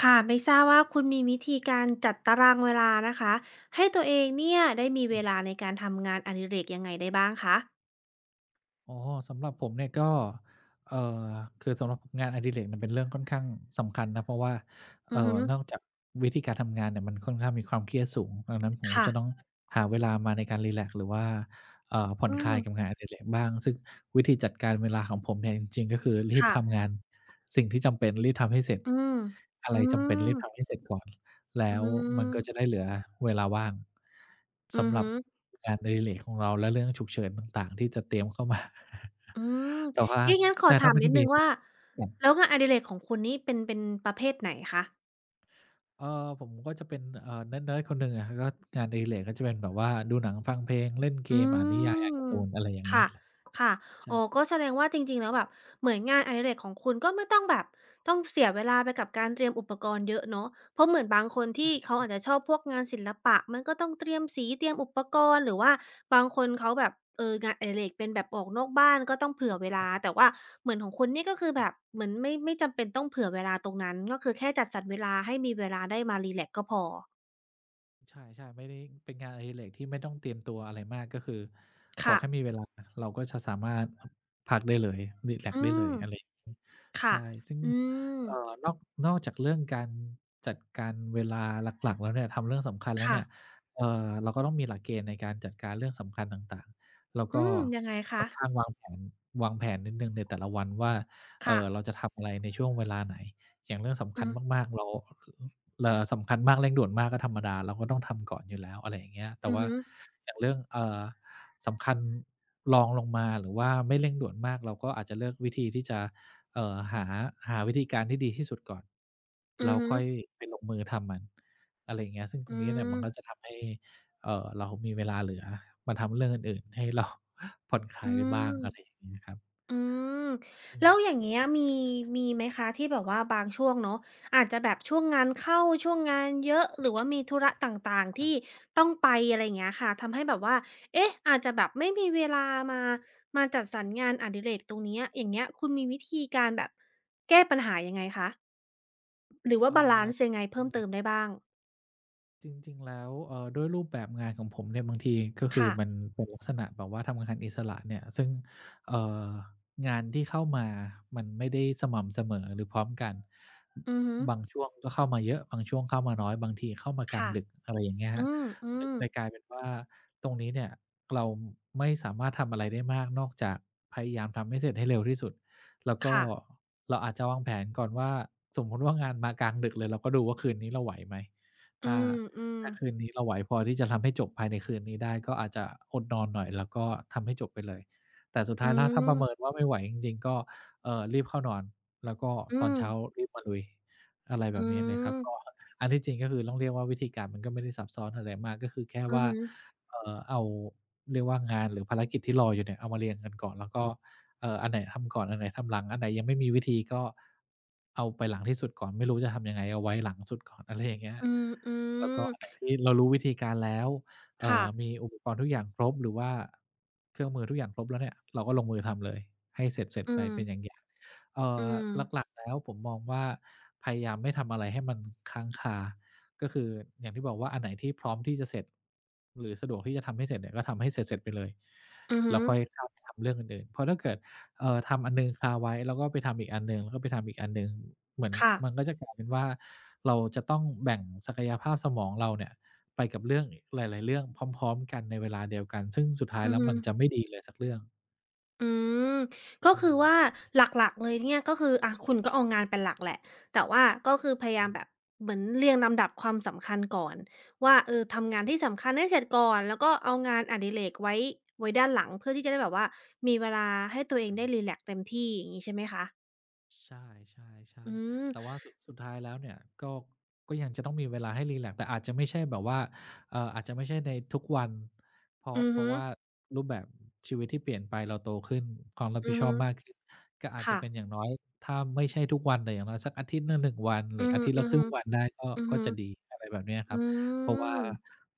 ค่ะไม่ทราบว่าคุณมีวิธีการจัดตารางเวลานะคะให้ตัวเองเนี่ยได้มีเวลาในการทำงานอดิเรกยังไงได้บ้างคะอ๋อสำหรับผมเนี่ยก็เอ่อคือสำหรับงานอดิเรกมันเป็นเรื่องค่อนข้างสำคัญนะเพราะว่าอือฮึนอกจากวิธีการทำงานเนี่ยมันค่อนข้างมีความเครียดสูงดังนั้นผมก็ค่ะจะต้องหาเวลามาในการรีแลกซ์หรือว่าผ่ออืนคลายกับมงานอดิเรกบ้างซึ่งวิธีจัดการเวลาของผมเนี่ยจริงๆก็คือรีบทำค่ะงานสิ่งที่จำเป็นรีบทำให้เสร็จอืมอะไรอืจำเป็นรีบทำมให้เสร็จก่อน แล้อืวมันก็จะได้มเหลือเวลาว่างอืสำอหรัฮึบงานอดิเรกของเราและเรื่องฉุกเฉินต่างๆที่จะเตรียมเข้ามา อืม แต่ว่าเอ่ะงั้นขอใช่ถาถ้ามไม่นิได้ดนึมีงนั่นว่าแหละครัแล้บวงานอดิเรกของคุณนี่เป็นประเภทไหนคะ เอ่อผมก็จะเป็นเนิร์ดๆคนหนึ่งอะก็งานอดิเรกก็จะเป็นแบบว่าดูหนังฟังเพลงเล่นเกอืมอ่านนิยายอ่านกามร์ตูนอะไรอย่างงี้ค่ะลค่ะใช่อ๋อก็แสดงว่าจริงๆ แล้วแบบเหมือนงานอดิเรกของคุณก็ไม่ต้องแบบต้องเสียเวลาไปกับการเตรียมอุปกรณ์เยอะเนาะเพราะเหมือนบางคนอาที่เขาใช่ อาจจะชอบพวกงานศิลปะมันก็ต้องเตรียมสีเตรียมอุปกรณ์หรือว่าบางคนเขาแบบเอองานอดิเรกเป็นแบบออกนอกบ้านก็ต้องเผื่อเวลาแต่ว่าเหมือนของคุณนี่ก็คือแบบเหมือนไม่จำเป็นต้องเผื่อเวลาตรงนั้นก็คือแค่จัดสรรเวลาให้มีเวลาได้มารีแลกซ์ก็พอใช่ๆไม่ได้เป็นงานอดิเรกที่ไม่ต้องเตรียมตัวอะไรมากก็คือขอค่ะแค่มีเวลาเราก็จะสามารถพักได้เลยรีแลกอืซ์ได้เลมยอะไรอย่างงี้ค่ะใช่ซึ่งอืมนอกจากเรื่องการจัดการเวลาหลักๆแล้วเนี่ยทำเรื่องสำคัญแล้วค่ะ เนี่ยเราก็ต้องมีหลักเกณฑ์ในการจัดการเรื่องสำคัญต่างๆแล้วอืก็มยังไงค่คะ อนข้างวางแผนนิดหนึ่งในแต่ละวันว่าค่ะ เราจะทำอะไรในช่วงเวลาไหนอย่างเรื่องสำอืคัญอมากๆเรา สำคัญมากเร่งด่วนมากก็ธรรมดาเราก็ต้องทำก่อนอยู่แล้วอะไรอย่างเงี้ยแต่อือว่าฮึอย่างเรื่องสำคัญรองลงมาหรือว่าไม่เร่งด่วนมากเราก็อาจจะเลือกวิธีที่จะหาวิธีการที่ดีที่สุดก่อนอืแล้อวฮึค่อยไปลงมือทำมันอะไรอย่างเงี้ยซึ่งตรงอืนี้เนี่ยมมันก็จะทำให้เรามีเวลาเหลือมาทำเรื่องอื่นๆให้เรา ผ่อนคลาอืยได้มบ้างอะไรอย่างงี้ครับอืมอืแล้มวอย่างเงี้ยมีไหมคะที่แบบว่าบางช่วงเนาะอาจจะแบบช่วงงานเข้าช่วงงานเยอะหรือว่ามีธุระต่างๆคที่รับต้องไปอะไรอย่างเงี้ยค่ะทำให้แบบว่าเอ๊ะอาจจะแบบไม่มีเวแบบลามามาจัดสรรงานอดิเรกตรงเนี้ยอย่างเงี้ยคุณมีวิธีการแบบแก้ปัญหายังไงคะหรือว่าเอ่บาลัอนซ์ยังไงจริเพิ่งมๆแล้เติว มได้บ้างจริงๆแล้วด้วยรูปแบบงานของผมเนี่ยบางทีก็คือค่ะมันเป็นลักษณะแบบว่าทำงานอิสระเนี่ยซึ่งเอ่องานที่เข้ามามันไม่ได้สม่ำเสมอหรือพร้อมกันอือฮึบางช่วงก็เข้ามาเยอะบางช่วงเข้ามาน้อยบางทีเข้ามากลางค่ะดึกอะไรอย่างเงี้ยคอืรับซึ่งมเลๆ ยกลายเป็นว่าตรงนี้เนี่ยเราไม่สามารถทำอะไรได้มากนอกจากพยายามทำให้เสร็จให้เร็วที่สุดแล้วก็ค่ะเราอาจจะวางแผนก่อนว่าสมมุติว่างานมากลางดึกเลยเราก็ดูว่าคืนนี้เราไหวไหมอืถ้า มคืนนี้เราไหวพอที่จะทำให้จบภายในคืนนี้ได้ก็อาจจะอดนอนหน่อยแล้วก็ทำให้จบไปเลยแต่สุดอืท้ายแล้วถ้าประเมินมว่าไม่ไหวจริงๆก็รีบเข้านอนแล้วก็อืตอนมเช้ารีบมาลุยอะไรแบอืบนี้เลยครับมก็อันที่จริงก็คือต้องเรียกว่าวิธีการมันก็ไม่ได้ซับซ้อนอะไรมากก็คือแค่อืมอือว่าฮึเอาเรียกว่างานหรือภารกิจที่รออยู่เนี่ยเอามาเรียงกันก่อนแล้วก็ อันไหนทำก่อนอันไหนทำหลังอันไหนยังไม่มีวิธีก็เอาไปหลังที่สุดก่อนไม่รู้จะทำยังไงเอาไว้หลังสุดก่อน อะไรอย่างเงี้ยอืมอืแล้วก็มอันไหนที่เรารู้วิธีการแล้วมีค่ะอุปกรณ์ทุกอย่างครบหรือว่าเครื่องมือทุกอย่างครบแล้วเนี่ยเราก็ลงมือทำเลยให้เสร็จๆอืไปมเป็นอย่างๆอืมหลักๆแล้วผมมองว่าพยายามไม่ทำอะไรให้มันค้างคาก็คืออย่างที่บอกว่าอันไหนที่พร้อมที่จะเสร็จหรือสะดวกที่จะทำให้เสร็จเนี่ยก็ทำให้เสร็จๆไปเลยอือฮึแล้วค่อยข้ามไปทำเรื่องอื่นๆเพราะถ้าเกิด ทำอันหนึ่งคาไว้แล้วก็ไปทำอีกอันหนึ่งแล้วก็ไปทำอีกอันหนึ่งเหมือนมันค่ะก็จะกลายเป็นว่าเราจะต้องแบ่งศักยภาพสมองเราเนี่ยไปกับเรื่องอีกหลายๆเรื่องพร้อมๆกันในเวลาเดียวกันซึ่งสุดท้ายอือแล้วฮึมันจะไม่ดีเลยสักเรื่องอืมก็อืคืม อว่าหลักๆเลยเนี่ยก็คืออะคุณก็เอางานเป็นหลักแหละแต่ว่าก็คือพยายามแบบเหมือนเรียงลำดับความสำคัญก่อนว่าเออทำงานที่สำคัญให้เสร็จก่อนแล้วก็เอางานอดิเรกไว้ด้านหลังเพื่อที่จะได้แบบว่ามีเวลาให้ตัวเองได้ รีแลกซ์เต็มที่อย่างงี้ใช่ไหมคะใช่อืๆมๆแต่ว่าสุดท้ายแล้วเนี่ยก็ก็ยังจะต้องมีเวลาให้รีแลกซ์แต่อาจจะไม่ใช่แบบว่าอาจจะไม่ใช่ในทุกวันเพราะอือเพราะฮึ ว่ารูปแบบชีวิตที่เปลี่ยนไปเราโตขึ้นความรับอืผิดอชอฮึบมากขึ้นก็อาจจะค่ะเป็นอย่างน้อยถ้าไม่ใช่ทุกวันแต่อย่างน้อยสักอาทิตย์ละ1วันหอืรือออาทิตย์ละครึ่ฮึงวันได้ก็ๆอือก็ฮึจะดีอะไรแบบเนี้ยครับอืเพราะว่าม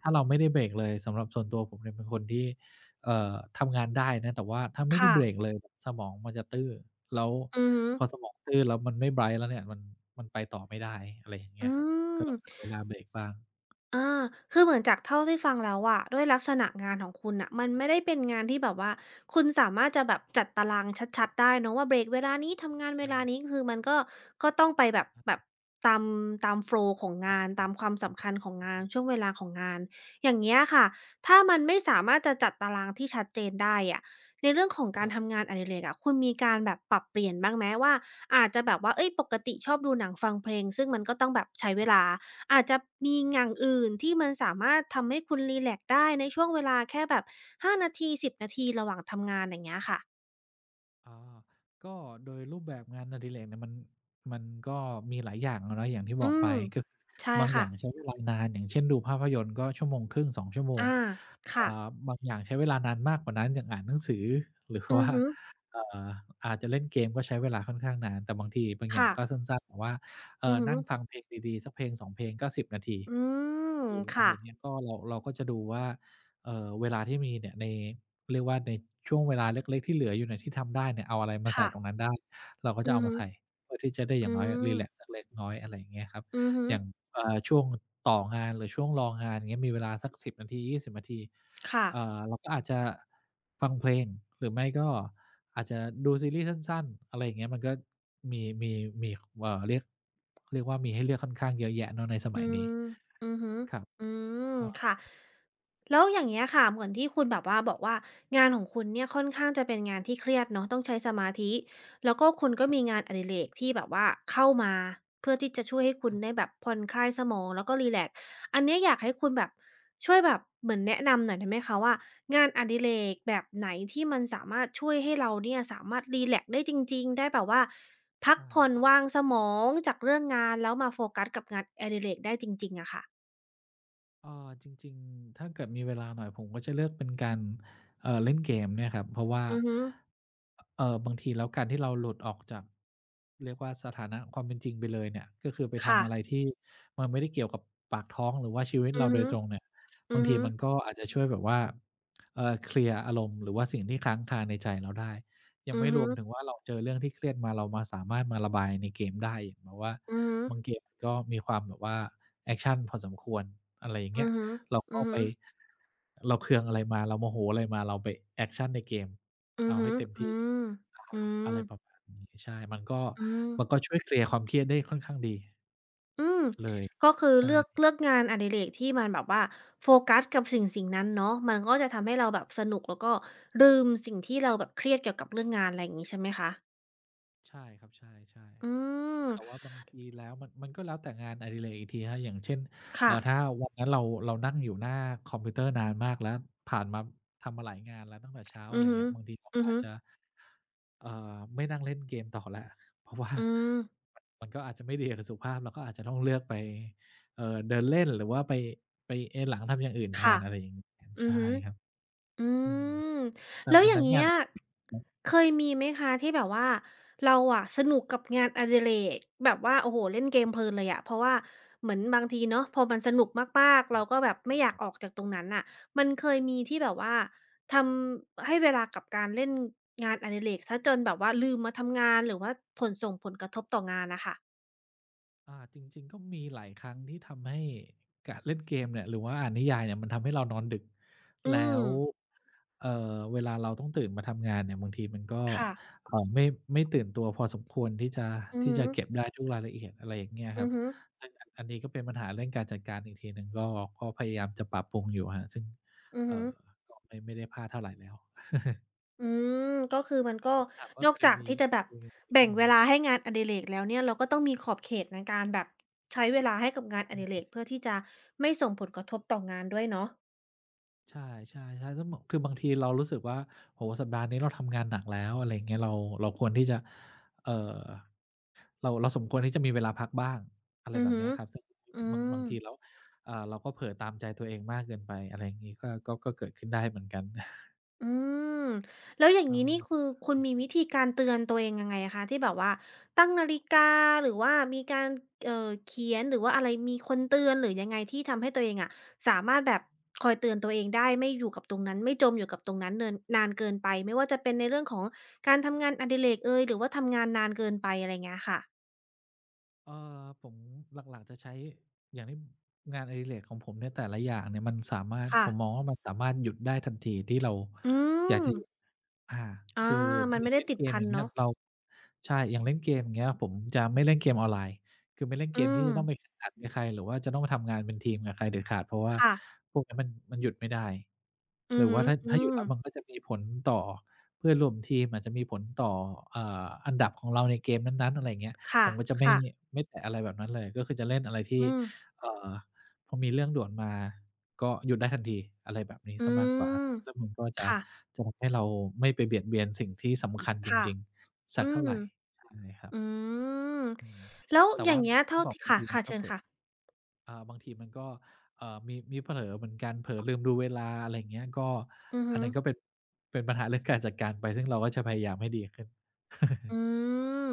ถ้าเราไม่ได้เบรกเลยสำหรับส่วนตัวผมเนี่ยเป็นคนที่ เอ่อทำงานได้นะแต่ว่าถ้าไม่ได้ค่ะเบรกเลยสมองมันจะตื้อแล้วอือฮึพอสมองตื้อแล้วมันไม่ไบรต์แล้วเนี่ยมันไปต่อไม่ได้อะไรอย่างเงี้อืยครับก็ม ต้องหาเวลาเบรกบ้างอาคือเหมือนจากเท่าที่ฟังแล้วอะด้วยลักษณะงานของคุณน่ะมันไม่ได้เป็นงานที่แบบว่าคุณสามารถจะแบบจัดตารางชัดๆได้เนาะว่าเบรกเวลานี้ทำงานเวใช่ลาๆนี้คือมันก็ก็ต้องไปแบบแบบตามตามโฟลว์ของใช่งานครัตามความสำคัญบ ของงานช่วงเวลาของงาน อย่างเงี้ยค่ะ ถ้ามันไม่สามารถจะจัดตารางที่ชัดเจนได้อะในเรื่องของการทำงานอดิเรกอะคุณมีการแบบปรับเปลี่ยนบ้างไหมว่าอาจจะแบบว่าเฮ้ยปกติชอบดูหนังฟังเพลงซึ่งมันก็ต้องแบบใช้เวลา อาจจะมีอย่างอื่นที่มันสามารถทำให้คุณรีแลกซ์ได้ในช่วงเวลาแค่แบบ5นาที10นาทีระหว่างทำงานอย่างเงี้ยค่ะ อาก็โดยรูปแบบงานอดิเรกเนี่ยมันก็มีหลายอย่างอะเนาะอย่างที่บอือกไปมก็คือใช่บางอค่ะย่างใช้เวลานานอย่างเช่นดูภาพยนตร์ก็ชั่วโมงครึ่งสองชั่วโมงอาอ่ค่ะ าบางอย่างใช้เวลานานมากกว่านั้นอย่างอ่านหนังสือหรืออือว่าฮึเอ่ออาจจะเล่นเกมก็ใช้เวลาค่อนข้างนานแต่บางทีบางอย่างค่ะก็สั้นๆแบบว่าอือฮึนั่งฟังเพลงดีๆสักเพลงสองเพลงก็สิบนาทีอืมหรืออะไรค่ะ อย่างเงี้ยก็เราก็จะดูว่า เวลาที่มีเนี่ยในเรียกว่าในช่วงเวลาเล็กๆที่เหลืออยู่เนี่ยที่ทำได้เนี่ยเอาอะไรมาใส่ค่ะ ตรงนั้นได้เราก็จะอืเอาอมาฮึใส่เพื่อที่จะได้ออืย่างน้อยมรีแลกซ์สักเล็กน้อยอะไรอย่างเงี้ยครับอือฮึอย่างช่วงต่องานหรือช่วงรองานอย่างเงี้ยมีเวลาสักสิบนาทียี่สิบนาทีค่ะ เราก็อาจจะฟังเพลงหรือไม่ก็อาจจะดูซีรีส์สั้นๆอะไรอย่างเงี้ยมันก็มีมีมีเอ่อเรียกเรียกว่ามีให้เลือกค่อนข้างเยอะแยะเนาะในสอืมัยนี้ม อือฮึครับอืมเอ่อค่ะ แล้วอย่างเงี้ยค่ะเหมือนที่คุณแบบว่าบอกว่างานของคุณเนี่ยค่อนข้างจะเป็นงานที่เครียดเนาะต้องใช้สมาธิ แล้วก็คุณก็มีงานอดิเรกที่แบบว่าเข้ามาเพื่อที่จะช่วยให้คุณอาได้แบบผ่อนคลายสมองแล้วก็รีแลกซ์อันเนี้ยอยากให้คุณแบบช่วยแบบเหมือนแนะนำหน่อยได้ไหมคะว่างานอดิเรกแบบไหนที่มันสามารถช่วยให้เราเนี่ยสามารถรีแลกซ์ได้จริงๆได้แบบว่า พักอา ผ่อนวางสมองจากเรื่องงานแล้วมาโฟกัสกับงานอดิเรกได้จริงๆอะค่ะเออจริงๆถ้าเกิดมีเวลาหน่อยผมก็จะเลือกเป็นการเออเล่นเกมเนี่ยครับเพราะว่าอือฮึเออบางทีแล้วการที่เราหลุดออกจากเรียกว่าสถานะความเป็นจริงไปเลยเนี่ยก็คือไปค่ะทำอะไรที่มันไม่ได้เกี่ยวกับปากท้องหรือว่าชีวิตอืเราอโดฮึยตรงเนี่ยอืบางอทีฮึมันก็อาจจะช่วยแบบว่าเออเคลียร์อารมณ์หรือว่าสิ่งที่ค้างคาในใจเราได้ยังอือไม่รฮึวมถึงว่าเราเจอเรื่องที่เครียดมาเรามาสามารถมาระบายในเกมได้อย่างแบบว่าอือฮึบางเกมก็มีความแบบว่า แอกชันพอสมควรอะไรอย่างเงี้อืยอฮึเราก็อือไปฮึเราเคืองอะไรมาเราโมโหอะไรมาเราไปแอกชันในเกมอือเอาฮึให้เต็มอืที่มอะอืฮะมอะไรประมาณนี้ใช่ มันก็อืมมันก็ช่วยเคลียร์ความเครียดได้ค่อนข้างดีอืมเลยก็คือใช่เลือกงานอดิเรกที่มันแบบว่าโฟกัสกับสิ่งนั้นเนาะมันก็จะทำให้เราแบบสนุกแล้วก็ลืมสิ่งที่เราแบบเครียดเกี่ยวกับเรื่องงานอะไรอย่างงี้ใช่ไหมคะใช่ครับใช่อืๆ แต่ว่าบางมทีแล้วมันก็แล้วแต่งานอดิเรกอีกทีครับอย่างเช่นค่ะถ้าวันนั้นเรานั่งอยู่หน้าคอมพิวเตอร์นานมากแล้วผ่านมาทำมาหลายงานแล้วตั้งแต่เช้าอะอืไรอฮึเงี้ยบางทีเราอืก็ออาฮึจจะไม่นั่งเล่นเกมต่อแล้วเพราะว่า อืม มันก็อาจจะไม่ดีกับสุขภาพเราก็อาจจะต้องเลือกไปเดินเล่นหรือว่าไปเอนหลังทำอย่างอื่นแทค่ะนอะไรอย่างงี้อือใช่ฮึ ครับอือืมมอันแล้วอัอนย่างนั้นงาเงี้นยเคยมีไหมคะที่แบบว่าเราอะสนุกกับงานอดิเรกแบบว่าโอ้โฮเล่นเกมเพลินเลยอะเพราะว่าเหมือนบางทีเนาะพอมันสนุกมากๆคเรารัก็บ แบบไม่อยากออกจากตรงนั้นน่ะมันเคยมีที่แบบว่าทำให้เวลากับการเล่นงานอดิเรกเสียจนแบบว่าลืมมาทำงานหรือว่าผลส่งผลกระทบต่องานน่ะค่ะอาจริงๆก็มีหลายครั้งที่ทำให้กเล่นเกมเนี่ยหรือว่าอ่านนิยายเนี่ยมันทำให้เรานอนดึกอืแล้มวเอ่อเวลาเราต้องตื่นมาทำงานเนี่ยบางทีมันก็ค่ะเอ่อไม่ไม่ตื่นตัวพอสมควรที่จะอือที่ฮึจะเก็บได้ทุกรายละเอียดอะไรอย่างเงี้ยคอืรัอบฮึซึ่งอันนี้ก็เป็นปัญหาเรื่องการจัดการอีกทีหนึ่งก็พยายามจะปรับปรุงอยู่ครับซึ่งอือเอ่ฮึ อก็ไม่ได้พลาดเท่าไรแล้วอืมก็คือมันก็แต่ถามว่านอเคกยจากมีที่จะแบเคบยก็แบ่งมี เวลาให้งานอดิเรกแล้วเนี่ยเราก็ต้องมีขอบเขตในการแบบใช้เวลาให้กับงานอดิเรกเพื่อที่จะไม่ส่งผลกระทบต่องานด้วยเนาะใช่ใช่ๆซึ่งแบบคือบางทีเรารู้สึกว่าโอ้โฮสัปดาห์นี้เราทำงานหนักแล้วอะไรอย่างเงี้ยเราเราควรที่จะเอ่อเราสมควรที่จะมีเวลาพักบ้างอะไรอือแบบฮึเนี้ยครับซึ่งอืบางบาม งทีแล้วเราก็เผลอตามใจตัวเองมากเกินไปอะไรอย่างงี้ก็เกิดขึ้นได้เหมือนกัน อืมแล้วอย่างเอนี้นี่อคือคุณมีวิธีการเตือนตัวเองยังไงอะคะที่แบบว่าตั้งนาฬิกาหรือว่ามีการเขียนหรือว่าอะไรมีคนเตือนหรือยังไงที่ทำให้ตัวเองอะสามารถแบบคอยเตือนตัวเองได้ไม่อยู่กับตรงนั้นไม่จมอยู่กับตรงนั้นเนินนานเกินไปไม่ว่าจะเป็นในเรื่องของการทำงานอดิเรกเอยหรือว่าทำงานนานเกินไปอะไรเงี้ยค่ะเอ่อผมหลักๆจะใช้อย่างที่งานอดิเรกของผมเนี่ยแต่ละอย่างเนี่ยมันสามารถค่ะผมมองว่ามันสามารถหยุดได้ทันทีที่เราอือยากมจะหยุด อาอาคือมัอนย่าไม่งได้เล่นติดเกมพัอนย่างเงี้ยเนาะเราใช่อย่างเล่นเกมอย่างเงี้ยผมจะไม่เล่นเกมออนไลน์คือไม่เล่นเกอืมที่มจะต้องไปแข่งขันกับใครหรือว่าจะต้องไปทำงานเป็นทีมกับใครเด็ดขาดเพราะว่าค่ะพวกเนี้ยมันหยุดไม่ได้อืหอรือฮึว่าถ้าอืถ้าหยุดมแล้วมันก็จะมีผลต่อเพื่อนร่วมทีมอาจจะมีผลต่ออันดับของเราในเกมนั้นๆอะไรอย่างเงี้ยคผมก็จะไม่่ะๆไม่แตะอะไรแบบนั้นเลยก็คือจะเล่นอะไรที่อืม เอ่อ พอมีเรื่องด่วนมาก็หยุดได้ทันทีอะไรแบบนี้อืเสียมากกว่า มซึ่งมันก็จะค่ะจะทำให้เราไม่ไปเบียดเบียนสิ่งที่สำคัญจค่ะริงๆสักอืเท่ามไรใช่ครัอืบมอืมแล้วแต่อย่าว่างเงี้ยที่เท่าบอกที่บางค่ะทีมันค่ะก็เชิเผญลอค่ะบางทีมันก็มีเผลอเหมือนกันเผลอลืมดูเวลาอะไรอย่างเงี้ยก็อืออัฮึนนั้นก็เป็นปัญหาเรื่องการจัดการไปซึ่งเราก็จะพยายามให้ดีขึ้นอืม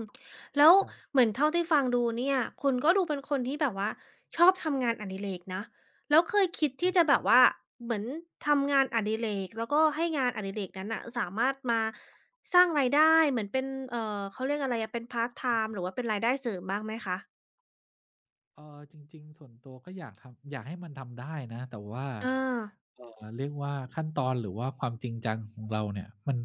แล้วครับ เหมือนเท่าที่ฟังดูเนี่ยคุณก็ดูเป็นคนที่แบบว่าชอบทำงานอดิเรกนะแล้วเคยคิดที่จะแบบว่าเหมือนทำงานอดิเรกแล้วก็ให้งานอดิเรกนั้นน่ะสามารถมาสร้างรายได้เหมือนเป็นเขาเรียกอะไรอะเป็นพาร์ตไทม์หรือว่าเป็นรายได้เสริมบ้างไหมคะจริงๆส่วนตัวก็อยากทำอยากให้มันทำได้นะแต่ว่าอาเรียกว่าขั้นตอนหรือว่าความจริงจังของเราเนี่ยมัน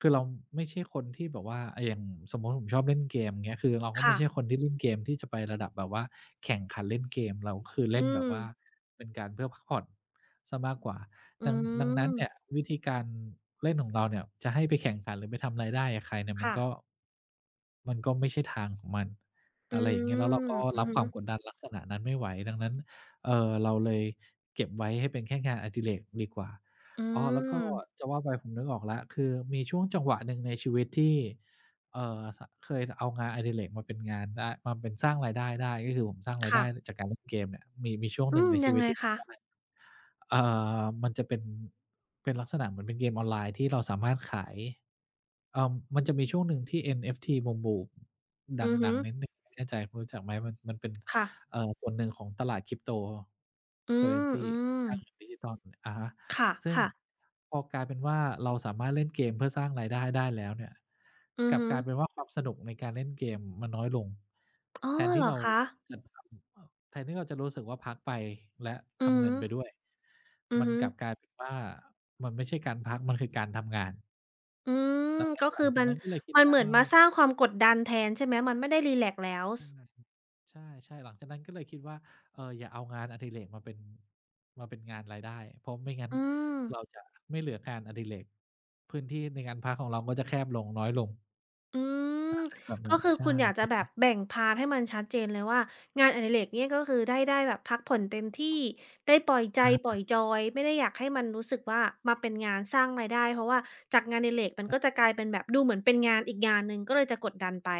คือเราไม่ใช่คนที่แบบว่าอย่างสมมุติผมชอบเล่นเกมเงี้ยคือเราก็ไม่ค่ะใช่คนที่เล่นเกมที่จะไประดับแบบว่าแข่งขันเล่นเกมเราก็คืออืเล่นแบมบว่าเป็นการเพื่อพักผ่อนเสียมากกว่าอืดังนั้นเนี่ยมวิธีการเล่นของเราเนี่ยจะให้ไปแข่งขันหรือไปทำรายได้กับใครเนี่ยมันค่ะ ก็มันก็ไม่ใช่ทางของมัน อือะไรอย่างเงี้ยแล้วเราม ก็อืรัอบฮึความกดดันลักษณะนั้นไม่ไหวดังนั้นเราเลยเก็บไว้ให้เป็นแค่งานอดิเรกดีกว่าอือ้อแล้วก็ม จะว่าไปผมนึกออกแล้วคือมีช่วงจังหวะหนึ่งในชีวิตที่เอ่อสเคยเอางานอดิเรกมาเป็นสร้างรายได้ได้ก็คือผมสร้างรายได้ค่ะ จากการเล่นเกมเนี่ยมีช่วงหอืนึ่งม ในชียังวิตไงที่คะทำได้เอ่มันจะเป็นลักษณะเหมือนเป็นเกมออนไลน์ที่เราสามารถขายเอ่อมันจะมีช่วงหนึ่งที่ NFT บูมๆ ดอือัฮึงๆนิดหนึ่งไม่แน่ใจคุณรู้จักไหม มันเป็นค่ะ ส่วนหนึ่งของตลาด อืม Cryptocurrency อืม ค่าเงินดิจิทัลอะฮะ คซึ่ง ่ะๆพอกลายเป็นว่า เราสามารถเล่นเกมเพื่อสร้างรายได้ได้แล้วเนี่ยอืกอลับฮึกลายเป็นว่าความสนุกในการเล่นเกมมันน้อยลง อ๋อแทนเหที่รอเราคะจะทำเอ่อแทนที่เราจะรู้สึกว่าพักไปและอือทำเงิฮึนไปด้วยอืมัอนฮึกลับกลายเป็นว่ามันไม่ใช่การพักมันคือการทำงานอืม ดังนั้นก็หลัคืงอจากมันนั้นก็เลยคิดได้เหมือนว่ามาสร้างความกดดันแทนใช่ไหม มันไม่ได้รีแลกซ์แล้วอสา ใช่ๆหลังจากนั้นก็เลยคิดว่าเอออย่าเอางานอดิเรกมาเป็นงานรายได้เพราะไม่งั้นอืม เราจะไม่เหลืองานอดิเรกพื้นที่ในการพักของเราก็จะแคบลงน้อยลงอืมแบบก็นั้นคือใช่คุณอยากจะแบบแบ่งพาร์ทให้มันชัดเจนเลยว่างานอดิเรกเนี่ยก็คือได้แบบพักผ่อนเต็มที่ได้ปล่อยใจๆปล่อยจอยไม่ได้อยากให้มันรู้สึกว่ามาเป็นงานสร้างรายได้เพราะว่าจากงานอดิเรกมันก็จะกลายเป็นแบบดูเหมือนเป็นงานอีกงานหนึ่งก็เลยจะกดดันไป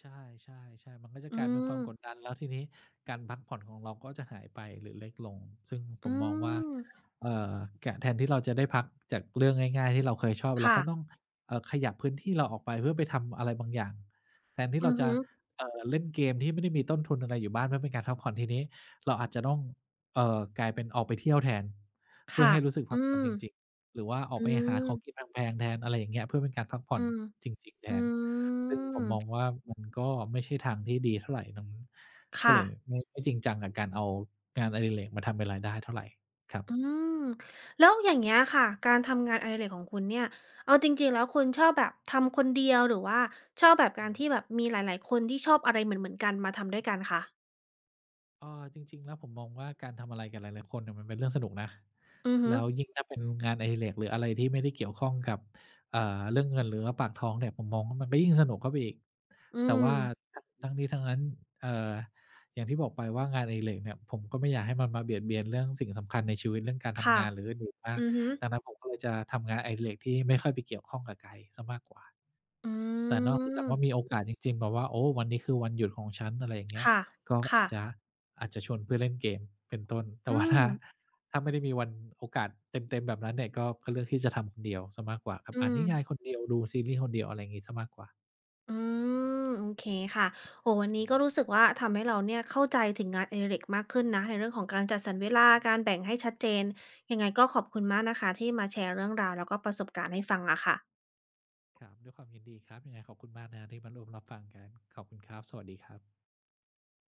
ใช่ใช่ใช่มันก็จะอืกลายเป็นความมกดดันแล้วทีนี้การพักผ่อนของเราก็จะหายไปหรือเล็กลงซึ่งผอืมมองว่ามเอ่อกแทนที่เราจะได้พักจากเรื่องง่ายๆที่เราเคยชอบเราค่ะก็ต้องขยับพื้นที่เราออกไปเพื่อไปทำอะไรบางอย่างแทนที่อืเราอจะฮึเล่นเกมที่ไม่ได้มีต้นทุนอะไรอยู่บ้านเพื่อเป็นการพักผ่อนทีนี้เราอาจจะต้องกลายเป็นออกไปเที่ยวแทนเพื่อค่ะให้รู้สึกพัอืกผ่อนมจริงๆหรือว่าออกอืไปหาขมองกินแพงๆแทนอะไรอย่างเงี้ยเพื่อเป็นการพักผ่ออืนมจริงๆแทอืน ซึ่งผมมมองว่ามันก็ไม่ใช่ทางที่ดีเท่าไรดังนั้นก็ค่ะ เลยไม่จริงจังกับการเอางานอดิเรกมาทำเป็นรายได้เท่าไรครับอืมแล้วอย่างเงี้ยค่ะการทำงานอดิเรกของคุณเนี่ยเอาจริงๆแล้วคุณชอบแบบทำคนเดียวหรือว่าชอบแบบการที่แบบมีหลายๆคนที่ชอบอะไรเหมือนๆกันมาทำด้วยกันคะเออจริงๆแล้วผมมองว่าการทำอะไรกับหลายๆคนเนี่ยมันเป็นเรื่องสนุกนะ อือฮึแล้วยิ่งถ้าเป็นงานอดิเรกหรืออะไรที่ไม่ได้เกี่ยวข้องกับเรื่องเงินหรือว่าปากท้องเนี่ยผมมองว่ามันก็ยิ่งสนุกเข้าไปอีกอืแต่ว่ามทั้งนี้ทั้งนั้นเอ่ออย่างที่บอกไปว่างานอดิเรกเนี่ยผมก็ไม่อยากให้มันมาเบียดเบียนเรื่องสิ่งสำคัญในชีวิตเรื่องการทำค่ะงานหรืออื่นๆมากอือฮึดังนั้นผมก็เลยจะทำงานอดิเรกที่ไม่ค่อยไปเกี่ยวข้องกับไกด์เสียมากกว่า อืแต่นอกซะจากว่ามีมโอกาสจริงๆแบบว่าโอ้วันนี้คือวันหยุดของฉันอะไรอย่างเงี้ยค่ะก็อาค่ะจจะอาจจะชวนเพื่อนเล่นเกมเป็นต้นแต่อืว่ามถ้า ถ้าไม่ได้มีวันโอกาสเต็มๆแบบนั้นเนี่ยก็เลือกที่จะทำคนเดียวเสียมากกว่าครับอือ่านม นิยายคนเดียวดูซีรีส์คนเดียวอะไรอย่างงี้เสียมากกว่าอืมโอเคค่ะโอ้วันนี้ก็รู้สึกว่าทำให้เราเนี่ยเข้าใจถึงงานอดิเรกมากขึ้นนะในเรื่องของการจัดสรรเวลาการแบ่งให้ชัดเจนยังไงก็ขอบคุณมากนะคะที่มาแชร์เรื่องราวแล้วก็ประสบการณ์ให้ฟังอะค่ะครับด้วยความยินดีครับยังไงขอบคุณมากนะครับที่มาร่วมรับฟังกันขอบคุณครับสวัสดีครับ